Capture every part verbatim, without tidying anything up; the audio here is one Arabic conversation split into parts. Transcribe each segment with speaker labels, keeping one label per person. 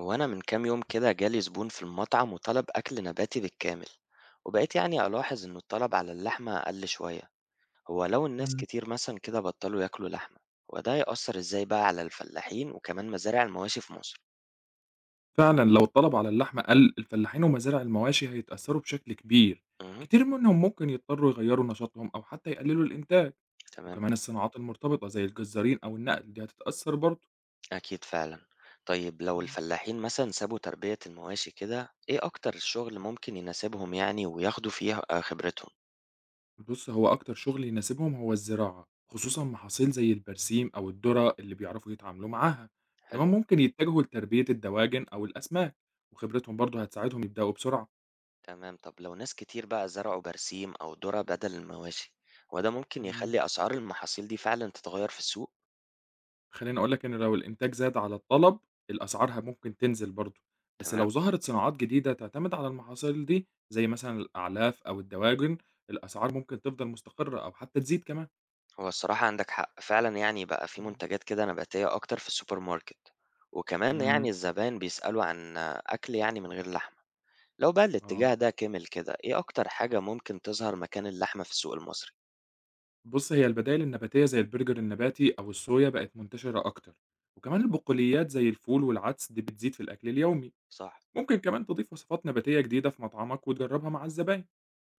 Speaker 1: هو أنا من كام يوم كده جالي زبون في المطعم وطلب أكل نباتي بالكامل. وبقيت يعني ألاحظ إن الطلب على اللحمة أقل شوية. هو لو الناس
Speaker 2: إمم،
Speaker 1: كتير مثلا كده بطلوا ياكلوا لحمة، وده يأثر إزاي بقى على الفلاحين وكمان مزارع المواشي في مصر؟
Speaker 2: فعلًا لو الطلب على اللحمة قل، الفلاحين ومزارع المواشي هيتأثروا بشكل كبير،
Speaker 1: امم.
Speaker 2: كتير منهم ممكن يضطروا يغيّروا نشاطهم أو حتى يقللوا الإنتاج،
Speaker 1: تمام.
Speaker 2: وكمان الصناعات المرتبطة زي الجزارين أو النقل دي هتتأثر برضه.
Speaker 1: أكيد فعلا. طيب لو
Speaker 2: إمم.
Speaker 1: الفلاحين مثلا سابوا تربية المواشي كده، إيه أكتر الشغل ممكن يناسبهم يعني وياخدوا فيه آه، خبرتهم؟
Speaker 2: بُص، هو أكتر شغل يناسبهم هو الزراعة، خصوصًا محاصيل زي البرسيم أو الذرة اللي بيعرفوا يتعاملوا معاها،
Speaker 1: حلو.
Speaker 2: كمان ممكن يتجهوا لتربية الدواجن أو الأسماك، وخبرتهم برضه هتساعدهم يبدأوا بسرعة.
Speaker 1: تمام. طب لو ناس كتير بقى زرعوا برسيم أو ذرة بدل المواشي، هو ده ممكن
Speaker 2: إمم.
Speaker 1: يخلي أسعار المحاصيل دي فعلا تتغير في السوق؟
Speaker 2: خلّيني أقول لك إن لو الإنتاج زاد على الطلب، الأسعار ه ممكن تنزل برضه، بس
Speaker 1: تمام.
Speaker 2: لو ظهرت صناعات جديدة تعتمد على المحاصيل دي، زي مثلًا الأعلاف أو الدواجن، الأسعار ممكن تفضل مستقرة أو حتى تزيد كمان.
Speaker 1: هو الصراحة عندك حق فعلا، يعني بقى في
Speaker 2: إمم.
Speaker 1: منتجات كده نباتية أكتر في السوبر ماركت. وكمان يعني
Speaker 2: إمم،
Speaker 1: الزبائن بيسألوا عن أكل يعني من غير لحمة. لو بقى
Speaker 2: آه.
Speaker 1: الاتجاه ده كمل كده، إيه أكتر حاجة ممكن تظهر مكان اللحمة في السوق المصري؟
Speaker 2: بُص، هي البدايل النباتية زي البرجر النباتي أو الصويا بقت منتشرة أكتر، وكمان البقوليات زي الفول والعدس دي بتزيد في الأكل اليومي.
Speaker 1: صح.
Speaker 2: ممكن كمان تضيف وصفات نباتية جديدة في مطعمك وتجربها مع الزباين.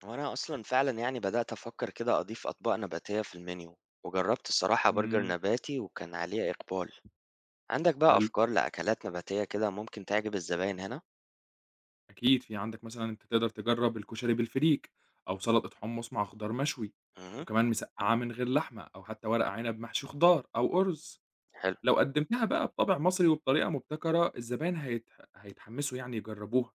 Speaker 1: وأنا أصلا فعلا يعني بدأت أفكر كده أضيف أطباق نباتية في المنيو، وجربت الصراحة برجر
Speaker 2: إمم.
Speaker 1: نباتي وكان عليه إقبال. عندك بقى
Speaker 2: حلو.
Speaker 1: أفكار لأكلات نباتية كده ممكن تعجب الزباين هنا؟
Speaker 2: أكيد في عندك مثلًا أنت تقدر تجرّب الكشري بالفريك، أو سلطة حمص مع خضار مشوي،
Speaker 1: امم.
Speaker 2: وكمان مسقعة من غير لحمة، أو حتى ورق عنب محشي خضار أو أرز.
Speaker 1: حلو.
Speaker 2: لو قدمتها بقى بطابع مصري وبطريقة مبتكرة، الزباين هيت هيتحمسوا يعني يجربوها.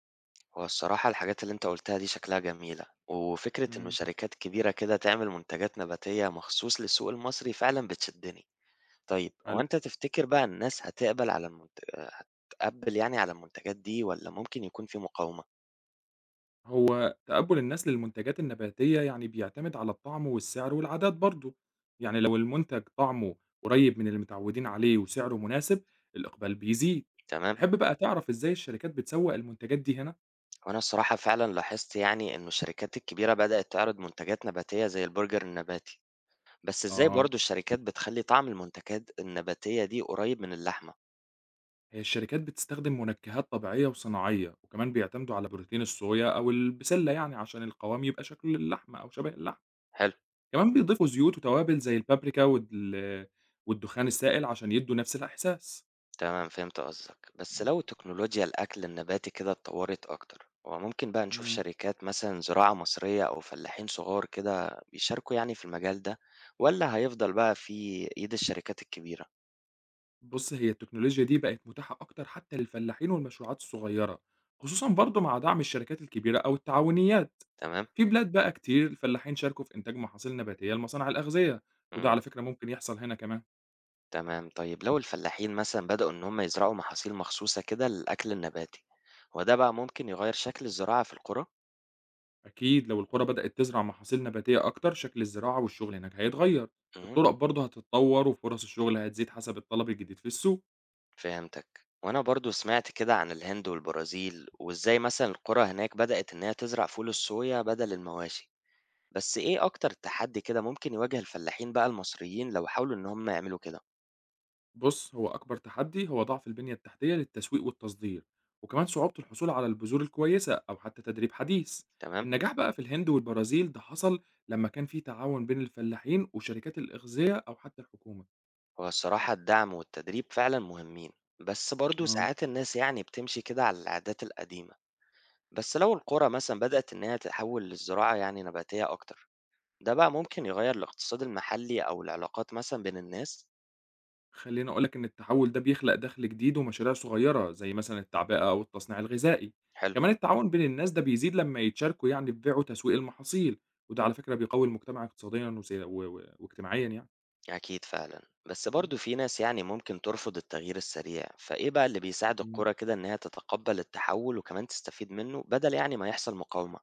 Speaker 1: هو الصراحة الحاجات اللي أنت قلتها دي شكلها جميلة، وفكرة إنه
Speaker 2: إمم.
Speaker 1: شركات كبيرة كده تعمل منتجات نباتية مخصوص للسوق المصري فعلا بتشدني. طيب هو
Speaker 2: حلو.
Speaker 1: أنت تفتكر بقى الناس هتقبل على المنت... هتقبل يعني على المنتجات دي، ولا ممكن يكون في مقاومة؟
Speaker 2: هو تقبُّل الناس للمنتجات النباتية يعني بيعتمد على الطعم والسعر والعادات برضه، يعني لو المنتج طعمه قريب من اللي متعودين عليه وسعره مناسب، الإقبال بيزيد.
Speaker 1: تمام.
Speaker 2: تحب بقى تعرف إزاي الشركات بتسوّق المنتجات دي هنا؟
Speaker 1: وأنا الصراحة فعلا لاحظت يعني إنه الشركات الكبيرة بدأت تعرض منتجات نباتية زي البرجر النباتي. بس إزاي
Speaker 2: آه.
Speaker 1: برضو الشركات بتخلي طعم المنتجات النباتية دي قريب من اللحمة؟
Speaker 2: هي الشركات بتستخدم منكهات طبيعية وصناعية وكمان بيعتمدوا على بروتين الصويا أو البسلة يعني عشان القوام يبقى شكل اللحمة أو شبه اللحم،
Speaker 1: حلو،
Speaker 2: كمان بيضيفوا زيوت وتوابل زي البابريكا وال... والدخان السائل عشان يدوا نفس الإحساس.
Speaker 1: تمام فهمت قصدك. بس لو تكنولوجيا الأكل النباتي كده اتطورت أكتر، هو ممكن بقى نشوف
Speaker 2: مم.
Speaker 1: شركات مثلًا زراعة مصرية أو فلاحين صغار كده بيشاركوا يعني في المجال ده، والّا هيفضل بقى في إيد الشركات الكبيرة؟
Speaker 2: بص هي التكنولوجيا دي بقت متاحة أكتر حتى للفلاحين والمشروعات الصغيرة، خصوصا برضو مع دعم الشركات الكبيرة أو التعاونيات.
Speaker 1: تمام،
Speaker 2: في بلاد بقى كتير الفلاحين شاركوا في إنتاج محاصيل نباتية لمصانع الأغذية، وده
Speaker 1: إمم،
Speaker 2: على فكرة ممكن يحصل هنا كمان.
Speaker 1: تمام. طيب لو الفلاحين مثلًا بدأوا إن هم يزرعوا محاصيل مخصوصة كده للأكل النباتي، هو ده بقى ممكن يغير شكل الزراعة في القرى؟
Speaker 2: أكيد لو القرى بدأت تزرع محاصيل نباتية أكتر شكل الزراعة والشغل هناك هيتغير،
Speaker 1: اهم.
Speaker 2: الطرق برضه هتتطور وفرص الشغل هتزيد حسب الطلب الجديد في السوق.
Speaker 1: فهمتك، وانا برضو سمعت كده عن الهند والبرازيل، وازاي مثلا القرى هناك بدأت ان هي تزرع فول الصويا بدل المواشي. بس ايه اكتر تحدي كده ممكن يواجه الفلاحين بقى المصريين لو حاولوا ان هم يعملوا كده؟
Speaker 2: بص هو أكبر تحدي هو ضعف البنية التحتية للتسويق والتصدير، وكمان صعوبة الحصول على البذور الكويسة أو حتى تدريب حديث،
Speaker 1: تمام.
Speaker 2: النجاح بقى في الهند والبرازيل ده حصل لما كان في تعاون بين الفلاحين وشركات الأغذية أو حتى الحكومة.
Speaker 1: هو الصراحة الدعم والتدريب فعلا مهمين، بس برضو
Speaker 2: آه.
Speaker 1: ساعات الناس يعني بتمشي كده على العادات القديمة. بس لو القرى مثلا بدأت ان هي تحول للزراعة يعني نباتية اكتر، ده بقى ممكن يغير الاقتصاد المحلي او العلاقات مثلا بين الناس؟
Speaker 2: خليني أقول لك إن التحول ده بيخلق دخل جديد ومشاريع صغيرة زي مثلا التعبئة أو التصنيع الغذائي،
Speaker 1: حلو.
Speaker 2: كمان التعاون بين الناس ده بيزيد لما يتشاركوا يعني في بيع وتسويق المحاصيل، وده على فكرة بيقوي المجتمع اقتصاديا وسي- و- و- واجتماعيا يعني.
Speaker 1: أكيد فعلا، بس برضو
Speaker 2: مم.
Speaker 1: في ناس يعني ممكن ترفض التغيير السريع. فإيه بقى اللي بيساعد
Speaker 2: مم.
Speaker 1: الكرة كده إنها تتقبل التحول وكمان تستفيد منه، بدل يعني ما يحصل مقاومة؟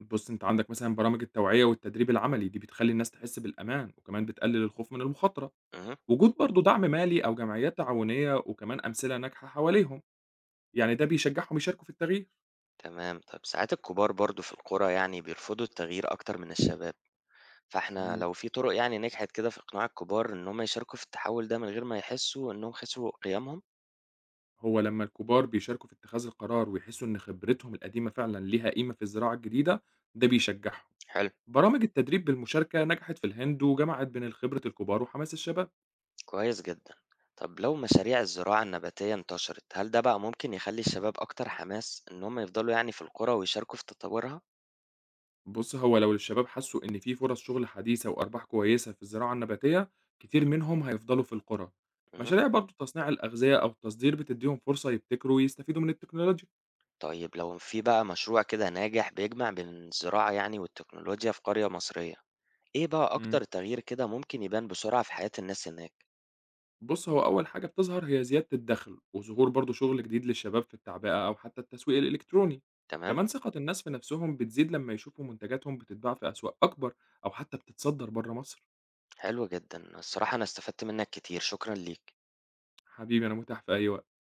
Speaker 2: بص أنت عندك مثلا برامج التوعية والتدريب العملي دي بتخلي الناس تحس بالأمان وكمان بتقلل الخوف من المخاطرة،
Speaker 1: امم.
Speaker 2: وجود برضه دعم مالي أو جمعيات تعاونية وكمان أمثلة ناجحة حواليهم، يعني ده بيشجعهم يشاركوا في التغيير.
Speaker 1: تمام. طيب ساعات الكبار برضو في الكرة يعني بيرفضوا التغيير أكتر من الشباب. فإحنا
Speaker 2: مم.
Speaker 1: لو في طرق يعني نجحت كده في إقناع الكبار إن هم يشاركوا في التحول ده من غير ما يحسوا إنهم خسروا قيمهم؟
Speaker 2: هو لما الكبار بيشاركوا في اتخاذ القرار ويحسوا إن خبرتهم القديمة فعلا ليها قيمة في الزراعة الجديدة ده بيشجعهم.
Speaker 1: حلو.
Speaker 2: برامج التدريب بالمشاركة نجحت في الهند وجمعت بين خبرة الكبار وحماس الشباب.
Speaker 1: كويس جدا. طب لو مشاريع الزراعة النباتية انتشرت، هل ده بقى ممكن يخلي الشباب أكتر حماس إن هم يفضلوا يعني في القرى ويشاركوا في تطورها؟
Speaker 2: بص هو لو الشباب حسوا إن في فرص شغل حديثة وأرباح كويسة في الزراعة النباتية كتير منهم هيفضلوا في القرى، مشاريع برضو تصنيع الأغذية أو التصدير بتديهم فرصة يبتكروا ويستفيدوا من التكنولوجيا.
Speaker 1: طيب لو في بقى مشروع كده ناجح بيجمع بين الزراعة يعني والتكنولوجيا في قرية مصرية، إيه بقى
Speaker 2: مم.
Speaker 1: أكتر تغيير كده ممكن يبان بسرعة في حياة الناس هناك؟
Speaker 2: بُص، هو أول حاجة بتظهر هي زيادة الدخل، وظهور برضه شغل جديد للشباب في التعبئة أو حتى التسويق الإلكتروني،
Speaker 1: تمام؟
Speaker 2: كمان ثقة الناس في نفسهم بتزيد لما يشوفوا منتجاتهم بتتباع في أسواق أكبر أو حتى بتتصدر برّه مصر.
Speaker 1: حلو جدا، الصراحة أنا استفدت منك كتير، شكرا ليك.
Speaker 2: حبيبي أنا متاح في أي وقت.